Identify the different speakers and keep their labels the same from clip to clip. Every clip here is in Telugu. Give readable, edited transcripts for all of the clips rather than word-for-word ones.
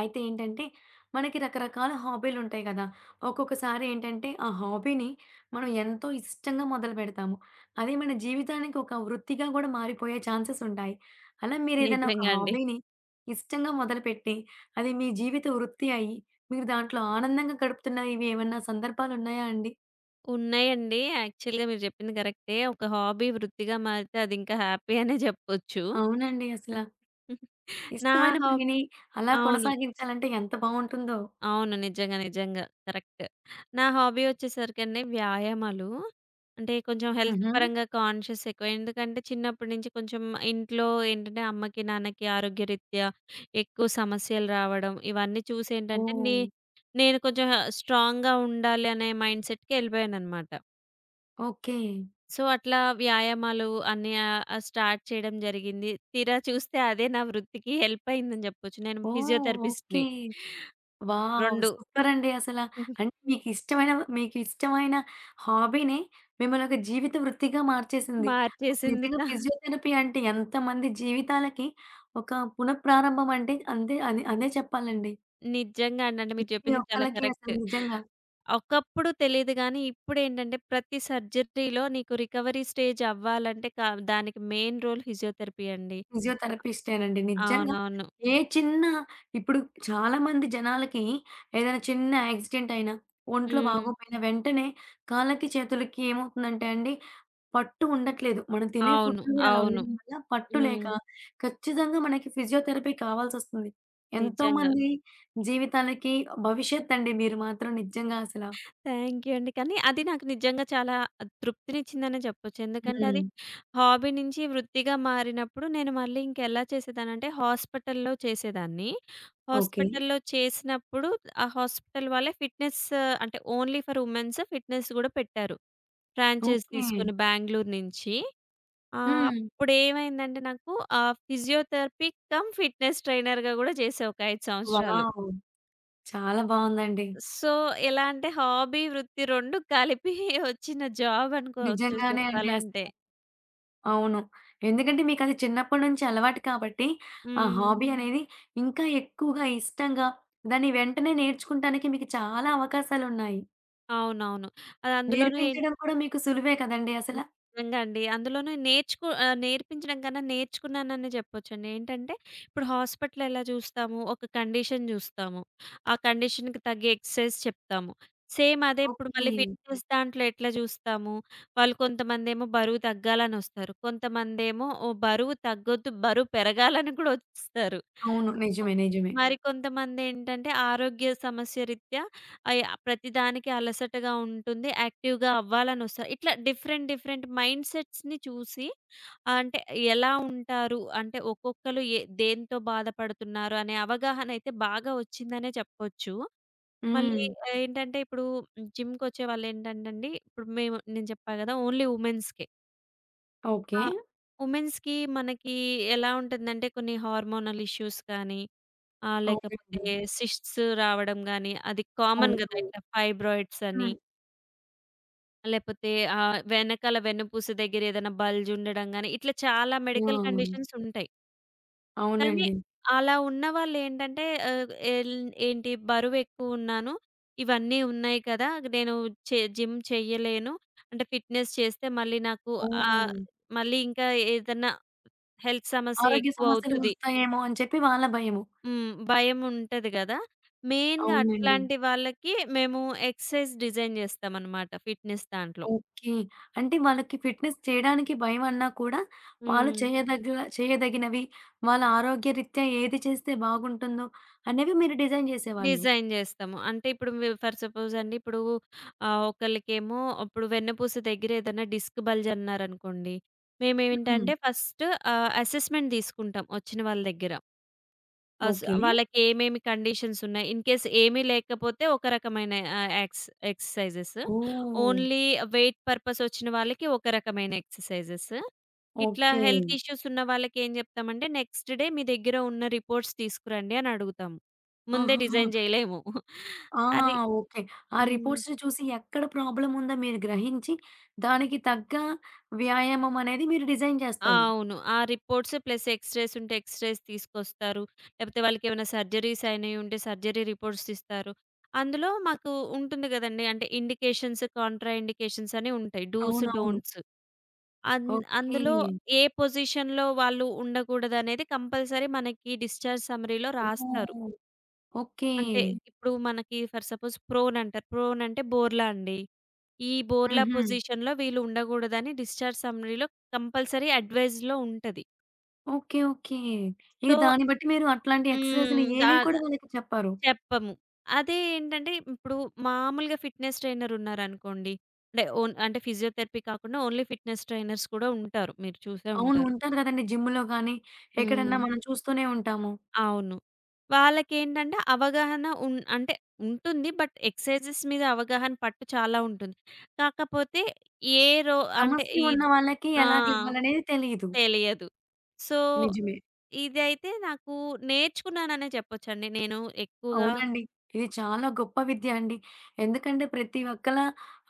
Speaker 1: అయితే ఏంటంటే, మనకి రకరకాల హాబీలుంటాయి గదా! ఒక్కొక్కసారి ఏంటంటే, ఆ హాబీని మనం ఎంతో ఇష్టంగా మొదలుపెడతాము. అదే మన జీవితానికి ఒక వృత్తిగా గూడా మారిపోయే ఛాన్సెసుంటాయి. అలా మీరేదైనా ఒక
Speaker 2: నిజంగా అండి.
Speaker 1: హాబీని ఇష్టంగా మొదలుపెట్టి, అది మీ జీవిత వృత్తి అయ్యి, మీరు దాంట్లో ఆనందంగా గడుపుతున్న ఇవి ఏమన్నా సందర్భాలున్నాయా అండి?
Speaker 2: ఉన్నాయండి. యాక్చువల్‌గా మీరు చెప్పింది కరెక్టే. ఒక హాబీ వృత్తిగా మారితే అది ఇంకా హ్యాపీ అనే చెప్పొచ్చు.
Speaker 1: అవునండి. అసల.
Speaker 2: నా
Speaker 1: ఇష్టమైన
Speaker 2: హాబ్
Speaker 1: పనిని అలా
Speaker 2: అవును.
Speaker 1: కొనసాగించాలంటే ఎంత బావుంటుందో.
Speaker 2: అవును. నిజంగా, నిజంగా. కరెక్ట్. నా హాబీ వచ్చేసరికండి వ్యాయామాలు. అంటే కొంచెం హెల్త్
Speaker 1: హుహు.
Speaker 2: పరంగా కాన్షియస్ ఎక్కువ. ఎందుకంటే చిన్నప్పటి నుంచి కొంచెం ఇంట్లో ఏంటంటే అమ్మకి, నాన్నకి ఆరోగ్యరీత్యా ఎక్కువ సమస్యలు రావడం ఇవన్నీ చూసి ఏంటంటే
Speaker 1: ఓహ్!
Speaker 2: నేను కొంచెం స్ట్రాంగ్‌గా ఉండాలి అనే మైండ్‌సెట్‌కి ఎళ్ళిపోయాననమాట.
Speaker 1: ఓకే.
Speaker 2: సో, అట్లా వ్యాయామాలు అన్నీ స్టార్ట్ చేయడం జరిగింది. తీరా చూస్తే అదే నా వృత్తికి హెల్ప్ అయిందని జెప్పొచ్చు. నేను
Speaker 1: ఓహ్! ఓకే.
Speaker 2: ఫిజియోథెరపిస్ట్‌ని.
Speaker 1: వావ్!
Speaker 2: 2
Speaker 1: సూపరండి అసల. అంటే మీకిష్టమైన మీకిష్టమైన హాబీనే మిమ్మల్ని ఒక జీవిత వృత్తిగా మార్చేసింది. అసలు
Speaker 2: మార్చేసింది.
Speaker 1: నిజంగా ఫిజియోథెరపీ అంటే ఎంతమంది జీవితాలకి ఒక పునఃప్రారంభం అంటే అంతే అదే చెప్పాలండి.
Speaker 2: నిజంగా అండి. అంటే మీరు
Speaker 1: ప్రతి
Speaker 2: చెప్పింది చాలా
Speaker 1: ఒక్కళ్ళకి
Speaker 2: కరెక్ట్.
Speaker 1: అసలు నిజంగా
Speaker 2: ఒకప్పుడు తెలీదు గానీ, ఇప్పుడేంటంటే ప్రతి సర్జరీలో నీకు రికవరీ స్టేజ్ అవ్వాలంటే దానికి మెయిన్ రోల్ ఫిజియోథెరపీ అండి.
Speaker 1: ఫిజియోథెరపిస్టేనండి. నిజంగా
Speaker 2: అవునవును.
Speaker 1: ఏ చిన్న ఇప్పుడు చాలామంది జనాలకి ఏదైనా చిన్న యాక్సిడెంట్ అయినా, ఒంట్లో
Speaker 2: హ్మ్.
Speaker 1: బాగోపోయినా వెంటనే కాళ్ళకి, చేతులకి ఏమవుతుందంటే అండి పట్టు ఉండట్లేదు. మనం తినే ఫుడ్
Speaker 2: అవును.
Speaker 1: గూడా అలా
Speaker 2: అవును.
Speaker 1: ఉండడం వల్ల పట్టు లేక
Speaker 2: హ్మ్.
Speaker 1: ఖచ్చితంగా మనకి ఫిజియోథెరపీ కావాల్సొస్తుంది. ఎంతో
Speaker 2: నిజంగా.
Speaker 1: మంది జీవితాలకి భవిష్యత్తండి మీరు మాత్రం నిజంగా అసల.
Speaker 2: థ్యాంక్ యూ అండి. కానీ అది నాకు నిజంగా చాలా తృప్తినిచ్చిందనే చెప్పొచ్చు. ఎందుకంటే అది
Speaker 1: హ్మ్.
Speaker 2: హాబీ నుంచి వృత్తిగా మారినప్పుడు నేను మళ్ళీ ఇంకెలా చేసేదానంటే హాస్పిటల్‌లో చేసేదాన్ని.
Speaker 1: ఓకే.
Speaker 2: హాస్పిటల్‌లో చేసినప్పుడు ఆ హాస్పిటల్ వాళ్ళే ఫిట్‌నెస్ అంటే ఓన్లీ ఫర్ వుమెన్స్ ఫిట్‌నెస్ గూడా పెట్టారు. Franchise
Speaker 1: okay.
Speaker 2: తీసుకొని బెంగుళూరు నుంచి.
Speaker 1: హ్మ్.
Speaker 2: అప్పుడేమైందంటే నాకు ఫిజియోథెరపీ కమ్ ఫిట్‌నెస్ ట్రైనర్‌గా గూడా చేశా ఒక 5 సంవత్సరాలు.
Speaker 1: వావ్! చాలా బావుందండి.
Speaker 2: సో, ఎలా అంటే హాబీ, వృత్తి 2 కలిపి వచ్చిన జాబ్ అనుకోవచ్చు
Speaker 1: నిజంగానే అండి అసల.
Speaker 2: చెప్పాలంటే.
Speaker 1: అవును. ఎందుకంటే మీకది చిన్నప్పటి నుంచి అలవాటు కాబట్టి, ఆ
Speaker 2: హ్మ్.
Speaker 1: హాబీ అనేది ఇంకా ఎక్కువగా ఇష్టంగా దాన్ని వెంటనే నేర్చుకుంటానికి మీకు చాలా అవకాశాలున్నాయి.
Speaker 2: అవునవును. అది అందులోనూ ఎన్
Speaker 1: నేర్పించడం కూడా మీకు సులువే కదండీ అసల.
Speaker 2: నిజంగా అండి. అందులోనూ నేర్పించడం కన్నా నేర్చుకున్నాననే చెప్పొచ్చండి. ఏంటంటే ఇప్పుడు హాస్పిటల్ ఎలా చూస్తాము, ఒక కండిషన్ చూస్తాము. ఆ కండిషన్‌కి తగ్గ ఎక్సర్‌సైజ్ చెప్తాము. సేమ్ అదే ఇప్పుడు
Speaker 1: ఓకే.
Speaker 2: మళ్ళీ ఫిట్‌నెస్ దాంట్లో ఎట్లా చూస్తాము, వాళ్ళు కొంతమందేమో బరువు తగ్గాలని వస్తారు. కొంతమందేమో ఓ బరువు తగ్గొద్దు, బరువు పెరగాలని కూడా వస్తారు.
Speaker 1: అవును. నిజమే. నిజమే.
Speaker 2: మరికొంతమందేంటంటే ఆరోగ్య సమస్య రీత్యా అయ్ ప్రతిదానికి అలసటగా ఉంటుంది. యాక్టివ్‌గా అవ్వాలనొస్తారు. ఇట్లా డిఫరెంట్ డిఫరెంట్ మైండ్ సెట్స్‌ని చూసి అంటే ఎలా ఉంటారు? అంటే ఒక్కొక్కళ్ళు ఏ దేనితో బాధపడుతున్నారు అనే అవగాహన అయితే బాగా వచ్చిందనే చెప్పొచ్చు. మళ్ళీ
Speaker 1: హ్మ్.
Speaker 2: ఏంటంటే ఇప్పుడు జిమ్‌కొచ్చే వాళ్ళేంటంటే అండి ఇప్పుడు నేను చెప్పా కదా! ఓన్లీ వుమెన్స్‌కే. ఆ!
Speaker 1: ఓకే.
Speaker 2: వుమెన్స్‌కి మనకి ఎలా ఉంటుందంటే కొన్ని హార్మోనల్ ఇష్యూస్ కానీ ఆ!
Speaker 1: అవునండి.
Speaker 2: లేకపోతే సిస్ట్స్ రావడం గాని, అది కామన్
Speaker 1: అవును.
Speaker 2: గదా!
Speaker 1: అవును.
Speaker 2: ఇట్లా ఫైబ్రాయిడ్స్ అని,
Speaker 1: హ్మ్.
Speaker 2: లేపోతే వెనకాల వెన్నుపూస దగ్గర ఏదైనా బల్జ్ ఉండడం గాని, ఇట్లా చాలా మెడికల్
Speaker 1: హ్మ్.
Speaker 2: కండిషన్స్ ఉంటాయి. కానీ
Speaker 1: అవునండి.
Speaker 2: అలా ఉన్నవాళ్ళేంటంటే ఆహ్, ఎల్ ఏంటి బరువెక్కువున్నాను, ఇవన్నీ ఉన్నాయి కదా! నేను జిమ్ చెయ్యలేను. అంటే ఫిట్‌నెస్ చేస్తే మళ్ళీ నాకు ఆహ్,
Speaker 1: ఓహ్!
Speaker 2: మళ్ళీ ఇంకా ఏదన్నా హెల్త్ సమస్య
Speaker 1: ఆరోగ్య సమస్యలు
Speaker 2: ఎక్కువవుతది.
Speaker 1: వస్తాయేమో అని చెప్పి వాళ్ళ భయము.
Speaker 2: హ్మ్. భయముంటది గదా! మెయిన్‌గా
Speaker 1: అవునండి.
Speaker 2: అట్లాంటి వాళ్ళకి మేము ఎక్సర్‌సైజ్ డిజైన్ జేస్తామనమాట ఫిట్‌నెస్ దాంట్లో.
Speaker 1: ఓకే. అంటే వాళ్ళకి ఫిట్‌నెస్ చేయడానికి భయమన్నా కూడా వాళ్ళు
Speaker 2: హ్మ్.
Speaker 1: చేయదగ్గ చేయదగినవి, వాళ్ళ ఆరోగ్యరీత్యా ఏది చేస్తే బాగుంటుందో అనేవి మీరు డిజైన్ చేసేవాళ్ళు.
Speaker 2: డిజైన్ జేస్తాము. అంటే ఇప్పుడు వి ఫర్ సపోజ్ అండి ఇప్పుడు ఒకళ్ళకేమో ఇప్పుడు వెన్నుపూస దగ్గర ఏదైనా డిస్క్ బల్జ్ అన్నారనుకోండి.
Speaker 1: హ్మ్.
Speaker 2: మేమేంటంటే ఫస్ట్ అసెస్‌మెంట్ తీసుకుంటాం వచ్చిన వాళ్ళ దగ్గర.
Speaker 1: ఓకే.
Speaker 2: వాళ్ళకేమేమి కండీషన్స్ ఉన్నాయి. ఇన్‌కేస్ ఏమీ లేకపోతే ఒక రకమైన ఆహ్, యాక్స్ exercises.
Speaker 1: Oh!
Speaker 2: Only weight purpose వచ్చిన వాళ్ళకి ఒక రకమైన ఎక్సర్‌సైజెస్. ఇట్లా
Speaker 1: ఓకే.
Speaker 2: హెల్త్ ఇష్యూస్ ఉన్న వాళ్ళకేం జెప్తామంటే, నెక్స్ట్ డే మీ దగ్గర ఉన్న రిపోర్ట్స్ తీసుకురండి అని అడుగుతాము. ముందే
Speaker 1: ఆహాహా!
Speaker 2: డిజైన్ జేయలేము.
Speaker 1: ఆ!
Speaker 2: అరి
Speaker 1: ఓకే. ఆ
Speaker 2: హ్మ్.
Speaker 1: రిపోర్ట్స్‌ని చూసి ఎక్కడ ప్రాబ్లమ్ ఉందో మీరు గ్రహించి, దానికి తగ్గ వ్యాయామం అనేది మీరు డిజైన్
Speaker 2: ఆ!
Speaker 1: చేస్తారు.
Speaker 2: అవును. ఆ రిపోర్ట్స్ ప్లస్ ఎక్స్‌రేస్ ఉంటే ఎక్స్‌రేస్ తీసుకొస్తారు. లేపోతే వాళ్ళకేమైనా సర్జరీస్ అయినయి ఉంటే సర్జరీ రిపోర్ట్స్ ఇస్తారు. అందులో మాకు ఉంటుంది గదండీ. అంటే ఇండికేషన్స్, కాంట్రా ఇండికేషన్స్ అని ఉంటాయి. డూస్,
Speaker 1: అవునవును.
Speaker 2: డోంట్స్. అన్
Speaker 1: ఓకే.
Speaker 2: అందులో ఏ పొజిషన్‌లో వాళ్ళు ఉండకూడదనేది కంపల్సరీ మనకి డిశ్చార్జ్ సమ్మరీలో రాస్తారు.
Speaker 1: ఓహ్! ఓకే.
Speaker 2: అంటే ఇప్పుడు మనకి ఫర్ సపోజ్ ప్రోన్ అంటారు. ప్రోన్ అంటే బోర్లా అండి. ఈ బోర్లా
Speaker 1: హుహు.
Speaker 2: పొజిషన్‌లో వీళ్ళు ఉండగూడదని డిశ్చార్జ్ సమ్మరీలో కంపల్సరీ అడ్వైజ్‌లో ఉంటది.
Speaker 1: ఓకే. ఓకే. ఇక
Speaker 2: సో
Speaker 1: దాన్ని బట్టి మీరు అట్లాంటి ఎక్సర్‌సైజ్‌లు
Speaker 2: హ్మ్. దా
Speaker 1: ఏవి
Speaker 2: దా
Speaker 1: కూడా వాళ్ళకి చెప్పారు.
Speaker 2: చెప్పము. అదే ఏంటంటే ఇప్పుడు మామూలుగా ఫిట్‌నెస్ ట్రైనర్ ఉన్నారనుకోండి. అంటే ఓన్ అంటే ఫిజియోథెరపీ కాకుండా ఓన్లీ ఫిట్‌నెస్ ట్రైనర్స్ కూడా ఉంటారు. మీరు చూసే
Speaker 1: అవును.
Speaker 2: ఉంటారు.
Speaker 1: ఉంటారు కదండీ జిమ్‌లో గానీ, ఎక్కడన్నా
Speaker 2: హ్మ్.
Speaker 1: మనం చూస్తూనే ఉంటాము.
Speaker 2: అవును. వాళ్ళకేంటంటే అవగాహన ఉన్ అంటే ఉంటుంది. బట్ ఎక్సర్సైజెస్ మీద అవగాహన పట్టు చాలా ఉంటుంది. కాకపోతే ఏ రో అంటే
Speaker 1: సమస్య
Speaker 2: ఈ
Speaker 1: ఉన్న వాళ్ళకి
Speaker 2: ఆ!
Speaker 1: ఎలాగివ్వాలనేది తెలీదు.
Speaker 2: తెలియదు. సో,
Speaker 1: నిజమే.
Speaker 2: ఇదైతే నాకు నేర్చుకున్నాననే చెప్పొచ్చండి. నేను ఎక్కువగా
Speaker 1: అవునండి. ఇది చాలా గొప్ప విద్య అండి. ఎందుకంటే ప్రతి ఒక్కళ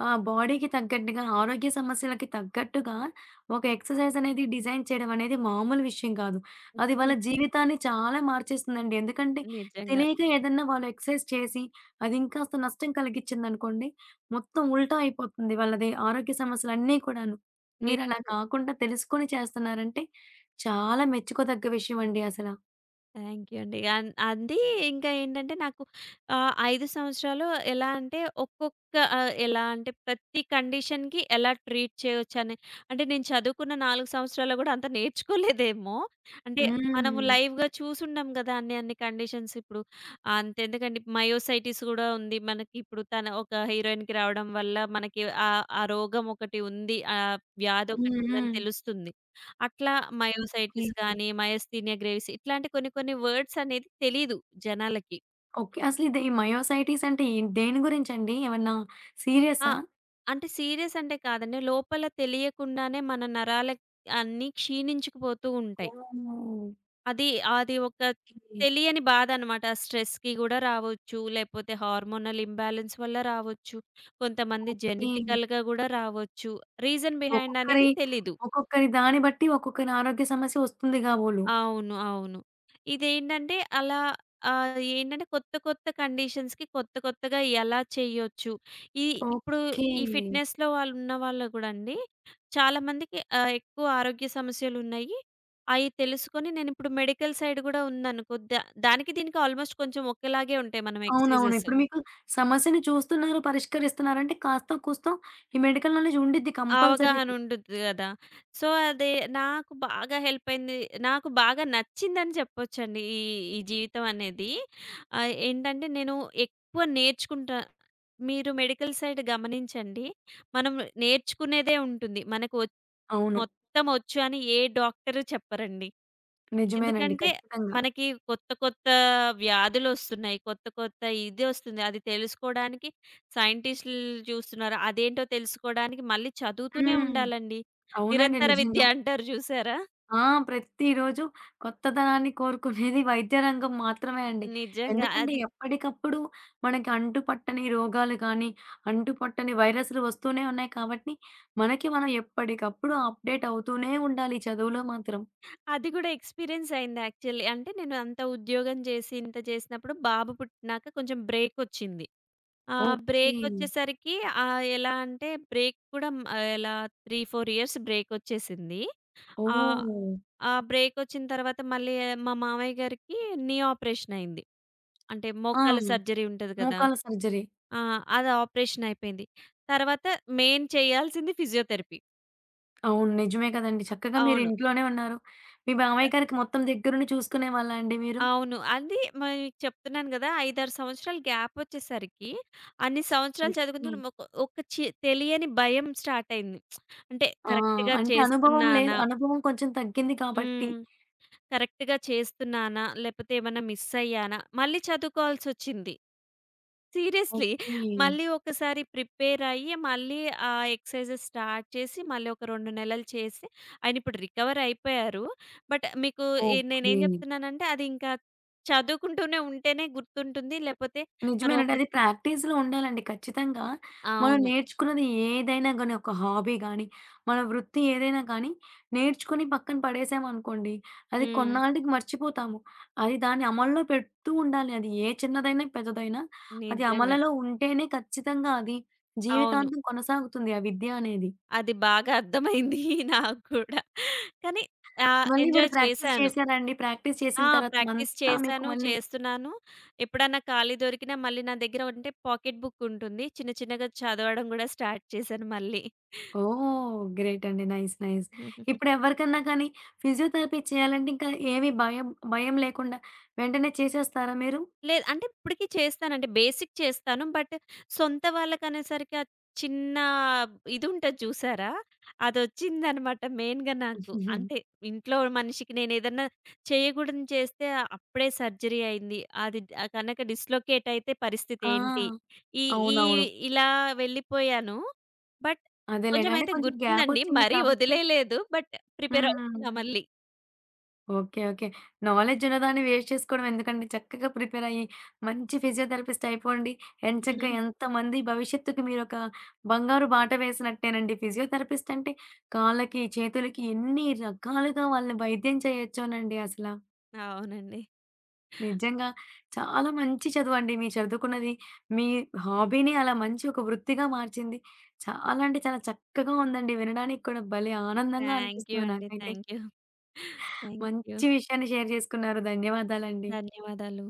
Speaker 1: బాడీకి తగ్గట్టుగా, ఆరోగ్య సమస్యలకి తగ్గట్టుగా ఒక ఎక్సర్‌సైజ్ అనేది డిజైన్ చేయడం అనేది మామూలు విషయం కాదు. అది
Speaker 2: హ్మ్.
Speaker 1: వాళ్ళ జీవితాన్ని చాలా మార్చేస్తుందండి. ఎందుకంటే
Speaker 2: నిజంగా.
Speaker 1: తెలియక ఏదన్నా వాళ్ళు ఎక్సర్‌సైజ్ చేసి అది ఇంకాస్త నష్టం కలిగించిందనుకోండి, మొత్తం ఉల్టా అయిపోతుంది వాళ్ళది ఆరోగ్య సమస్యలన్నీ కూడాను.
Speaker 2: ని
Speaker 1: మీరలా కాకుండా తెలుసుకొని చేస్తున్నారంటే చాలా మెచ్చుకోదగ్గ విషయం అండి అసల.
Speaker 2: థాంక్ యూ అండి. అది ఇంకా ఏంటంటే నాకు 5 సంవత్సరాలు ఎలా అంటే ఒక్కొక్క ఎలా అంటే ప్రతి కండిషన్‌కి ఎలా ట్రీట్ చేయొచ్చని అంటే నేను చదువుకున్న 4 సంవత్సరాల్లో కూడా అంత నేర్చుకోలేదేమో. అంటే మనము
Speaker 1: హ్మ్.
Speaker 2: లైవ్‌గా చూసుండం కదా! అన్ని అన్ని కండిషన్స్ ఇప్పుడు అంతెందుకండి మయోసైటిస్ కూడా ఉంది. మనకి ఇప్పుడు తన ఒక హీరోయిన్‌కి రావడం వల్ల మనకి ఆ ఆ రోగం ఒకటి ఉంది. ఆ వ్యాధి ఒకటి
Speaker 1: హ్మ్.
Speaker 2: ఉందని
Speaker 1: హ్మ్.
Speaker 2: తెలుస్తుంది. అట్లా
Speaker 1: ఓకే.
Speaker 2: మయోసైటిస్ గాని, మయోస్థీనియా గ్రేవిస్ ఇట్లాంటి కొన్ని కొన్ని వర్డ్స్ అనేది తెలీదు జనాలకి.
Speaker 1: ఓకే. అసలిది ఈ మయోసైటిస్ అంటే ఏం దేని గురించండి? ఏమన్నా
Speaker 2: ఆ!
Speaker 1: సీరియసా?
Speaker 2: అంటే సీరియస్ అంటే కాదండి. లోపల తెలియకుండానే మన నరాలు అన్నీ క్షీణించుకుపోతూ ఉంటాయి.
Speaker 1: ఓకే.
Speaker 2: అది అది ఒక తెలియని బాధనమాట. స్ట్రెస్‌కి గూడా రావచ్చు. లేపోతే హార్మోనల్ ఇంబాలెన్స్ వల్ల రావచ్చు. కొంతమంది
Speaker 1: ఓకే.
Speaker 2: జెనెటికల్‌గా గూడా రావచ్చు. రీజన్ బిహైండ్ అనేది
Speaker 1: ఒక్కొక్కరి
Speaker 2: తెలీదు.
Speaker 1: ఒక్కొక్కరి దాన్ని బట్టి ఒక్కొక్కరి ఆరోగ్య సమస్య వస్తుంది కాబోలు.
Speaker 2: అవును. అవును. ఇదేంటంటే అలా ఏంటంటే కొత్త కొత్త కండిషన్స్‌కి కొత్త కొత్తగా ఎలా చేయొచ్చు. ఈ ఇప్పుడు
Speaker 1: ఓకే.
Speaker 2: ఈ ఫిట్‌నెస్‌లో ఉన్న వాళ్ళు గూడా అండి చాలామందికి ఎక్కువ ఆరోగ్య సమస్యలున్నాయి. అయి తెలుసుకొని నేనిప్పుడు మెడికల్ సైడ్ గూడా ఉందనుకో దానికి దీనికి ఆల్‌మోస్ట్ కొంచెం ఒకేలాగే ఉంటాయి మనం
Speaker 1: అవునవును.
Speaker 2: ఎక్సర్‌సైజెస్.
Speaker 1: ఇప్పుడు మీకు సమస్యని చూస్తున్నారు, పరిష్కరిస్తున్నారంటే కాస్తో కూస్తో ఈ మెడికల్ నాలెడ్జ్ ఉండిద్ది కంపల్సరీగా.
Speaker 2: అవగాహనుండుద్ది గదా! సో, అదే నాకు బాగా హెల్పయింది. నాకు బాగా నచ్చిందని చెప్పొచ్చండి. ఈ జీవితం అనేది. ఏంటంటే నేను ఎక్కువ నేర్చుకుంటా. మీరు మెడికల్ సైడ్ గమనించండి. మనం నేర్చుకునేదే ఉంటుంది. మనకు
Speaker 1: అవును.
Speaker 2: మొత్తం ఒచ్చు అని ఏ డాక్టరు చెప్పరండి.
Speaker 1: నిజమేనండి.
Speaker 2: ఎందుకంటే
Speaker 1: ఖచ్చితంగా.
Speaker 2: మనకి కొత్త కొత్త వ్యాధులొస్తున్నాయి. కొత్త కొత్త ఇది ఒస్తుంది. అది తెలుసుకోడానికి సైంటిస్టులు చూస్తున్నారు. అదేంటో తెలుసుకోడానికి మళ్ళీ చదువుతూనే
Speaker 1: హ్మ్.
Speaker 2: ఉండాలండి.
Speaker 1: అవునండి.
Speaker 2: నిరంతర విద్య
Speaker 1: నిజంగా.
Speaker 2: అంటారు చూసారా?
Speaker 1: ఆ! ప్రతిరోజు కొత్తదనాన్ని కోరుకునేది వైద్య రంగం మాత్రమే అండి.
Speaker 2: నిజంగా
Speaker 1: ఎందుకంటే
Speaker 2: అది.
Speaker 1: ఎప్పటికప్పుడు మనకి అంటుపట్టని రోగాలు కానీ, అంటుపట్టని వైరస్‌లు వస్తూనే ఉన్నాయి కాబట్టి, మనకి మనం ఎప్పటికప్పుడు అప్‌డేట్ అవుతూనే ఉండాలి చదువులో మాత్రం.
Speaker 2: అది గూడా ఎక్స్‌పీరియన్స్ అయింది యాక్చువల్లీ. అంటే నేను అంత ఉద్యోగం చేసి ఇంత చేసినప్పుడు బాబు పుట్టినాక కొంచెం బ్రేకొచ్చింది. ఆ!
Speaker 1: ఓకే.
Speaker 2: బ్రేకొచ్చేసరికి ఎలా అంటే బ్రేక్ కూడా హ్మ్, ఆహ్, ఎలా 3, 4 ఇయర్స్ బ్రేకొచ్చేసింది. ఆహ్,
Speaker 1: ఓహ్!
Speaker 2: ఆ బ్రేకొచ్చిన తర్వాత మళ్ళీ మా మామయ్య గారికి ఆపరేషన్ అయింది. అంటే
Speaker 1: ఆ!
Speaker 2: మోకాళ్ళ సర్జరీ ఉంటది కదా!
Speaker 1: మోకాళ్ళ సర్జరీ.
Speaker 2: ఆ! అది ఆపరేషన్ అయిపోయింది. తర్వాత మెయిన్ చేయాల్సింది ఫిజియోథెరపీ.
Speaker 1: అవును. నిజమే కదండీ. చక్కగా మీరు
Speaker 2: అవును.
Speaker 1: ఇంట్లోనే ఉన్నారు. మీ బావయ్య గారికి మొత్తం దగ్గరుండి చూసుకునేవాళ్ళా అండి మీరు?
Speaker 2: అవును. అది మరి మీకు చెప్తున్నాను గదా! 5, 6 సంవత్సరాలు గ్యాపొచ్చేసరికి అన్ని సంవత్సరాలు
Speaker 1: ఓకే.
Speaker 2: చదువుకున్నప్పుడు ఒక ఒక చి తెలియని భయం స్టార్ట్ అయింది. అంటే
Speaker 1: ఆ!
Speaker 2: కరెక్ట్‌గా
Speaker 1: అంటే అనుభవం లేదు.
Speaker 2: చేస్తున్నానా?
Speaker 1: అనుభవం కొంచెం తగ్గింది కాబట్టి
Speaker 2: హ్మ్. కరెక్ట్‌గా చేస్తున్నానా? లేపోతే ఏమన్నా మిస్ అయ్యానా? మళ్ళీ చదువుకోవాల్సొచ్చింది. సీరియస్‌లీ.
Speaker 1: ఓకే.
Speaker 2: మళ్ళీ ఒకసారి ప్రిపేర్ అయ్యి, మళ్ళీ ఆ ఎక్సర్‌సైజెస్ స్టార్ట్ చేసి, మళ్ళీ ఒక 2 నెలలు చేసి, ఆయన ఇప్పుడు రికవర్ అయిపోయారు. బట్ మీకు నేనేం
Speaker 1: ఓకే.
Speaker 2: చెప్తున్నానంటే, అది ఇంకా చదువుకుంటూనే ఉంటేనే గుర్తుంటుంది. లేపోతే మనం ఒక
Speaker 1: నిజమేనండి. అది ప్రాక్టీస్‌లో ఉండాలండి ఖచ్చితంగా. మనం
Speaker 2: అవును.
Speaker 1: నేర్చుకున్నది ఏదైనా గాని, ఒక హాబీ గాని, మన వృత్తి ఏదైనా కానీ, నేర్చుకొని పక్కన పడేసామనుకోండి, అది
Speaker 2: హ్మ్.
Speaker 1: కొన్నాళ్ళకి మర్చిపోతాము. అది దాన్ని అమల్లో పెడుతూ ఉండాలి. అది ఏ చిన్నదైనా, పెద్దదైనా అది
Speaker 2: నిజంగా.
Speaker 1: అమలులో ఉంటేనే ఖచ్చితంగా అది
Speaker 2: అవును.
Speaker 1: జీవితాంతం కొనసాగుతుంది ఆ విద్య అనేది.
Speaker 2: అది బాగా అర్థమైంది నాకు కూడా. కానీ
Speaker 1: మళ్ళీ మీరు
Speaker 2: ఎంజాయ్
Speaker 1: ప్రాక్టీస్
Speaker 2: చేశాను.
Speaker 1: చేశారా అండి? ప్రాక్టీస్ చేసిన
Speaker 2: ఆ!
Speaker 1: తర్వాత
Speaker 2: ప్రాక్టీస్
Speaker 1: అంతా మీకు
Speaker 2: చేశాను,
Speaker 1: మళ్ళీ
Speaker 2: చేస్తున్నాను. ఎప్పుడన్నా ఖాళీ దొరికినా మళ్ళీ నా దగ్గర అంటే పాకెట్ బుక్ ఉంటుంది. చిన్న చిన్నగా చదవడం గూడా స్టార్ట్ చేశాను మళ్ళీ.
Speaker 1: ఓహ్! గ్రేట్ అండి. నైస్. నైస్. ఇప్పుడెవ్వరికన్నా కానీ ఫిజియోథెరపీ చేయాలంటే ఇంకా ఏమి భయం భయం లేకుండా వెంటనే చేసేస్తారా మీరు?
Speaker 2: లేదు. అంటే ఇప్పటికి చేస్తానండి. బేసిక్ చేస్తాను. బట్ సొంత వాళ్ళకనేసరికి ఆ చిన్న ఇదుంటది చూసారా? అదొచ్చిందనమాట మెయిన్‌గా నాకు. అంటే ఇంట్లో మనిషికి నేనేదన్నా చేయకూడనిది చేస్తే అప్పుడే సర్జరీ అయింది. అది కనక డిస్‌లొకేట్ అయితే
Speaker 1: ఆ!
Speaker 2: పరిస్థితేంటి? ఈ ఈ
Speaker 1: అవునవును.
Speaker 2: ఇలా వెళ్ళిపోయాను. బట్
Speaker 1: అదేలెండి. అంటే
Speaker 2: కొంచెమైతే
Speaker 1: కొంచెం
Speaker 2: గుర్తుందండి.
Speaker 1: గ్యాపొచ్చింది
Speaker 2: మరీ
Speaker 1: కాబట్టి
Speaker 2: వదిలేయలేదు. బట్ ప్రిపేర్
Speaker 1: హ్మ్.
Speaker 2: అవుతున్నా మళ్ళీ.
Speaker 1: ఓకే. ఓకే. నాలెడ్జ్ ఉన్నదాన్ని వేస్ట్ చేసుకోవడం ఎందుకండి? చక్కగా ప్రిపేరయ్యి, మంచి ఫిజియోథెరపిస్ట్ అయిపోండి. ఎంచక్కా
Speaker 2: ఉహు,
Speaker 1: ఎంతమంది భవిష్యత్తుకి మీరొక బంగారు బాట వేసినట్టేనండి. ఫిజియోథెరపిస్ట్ అంటే కాళ్ళకి, చేతులకి ఎన్ని రకాలుగా వాళ్ళని వైద్యం చేయొచ్చోనండి అసల.
Speaker 2: అవునండి.
Speaker 1: నిజంగా చాలా మంచి చదువండి. మీరు చదువుకున్నది. మీ హాబీని అలా మంచి ఒక వృత్తిగా మార్చింది. చాలా అంటే చాలా చక్కగా ఉందండి. వినడానికి కూడా భలే ఆనందంగా
Speaker 2: థాంక్ యూ
Speaker 1: అనిపిస్తుంది
Speaker 2: అండి.
Speaker 1: నాకైతే.
Speaker 2: Thank you. Thank you.
Speaker 1: మంచి విషయాన్ని షేర్ చేసుకున్నారు. ధన్యవాదాలండి.
Speaker 2: ధన్యవాదాలు.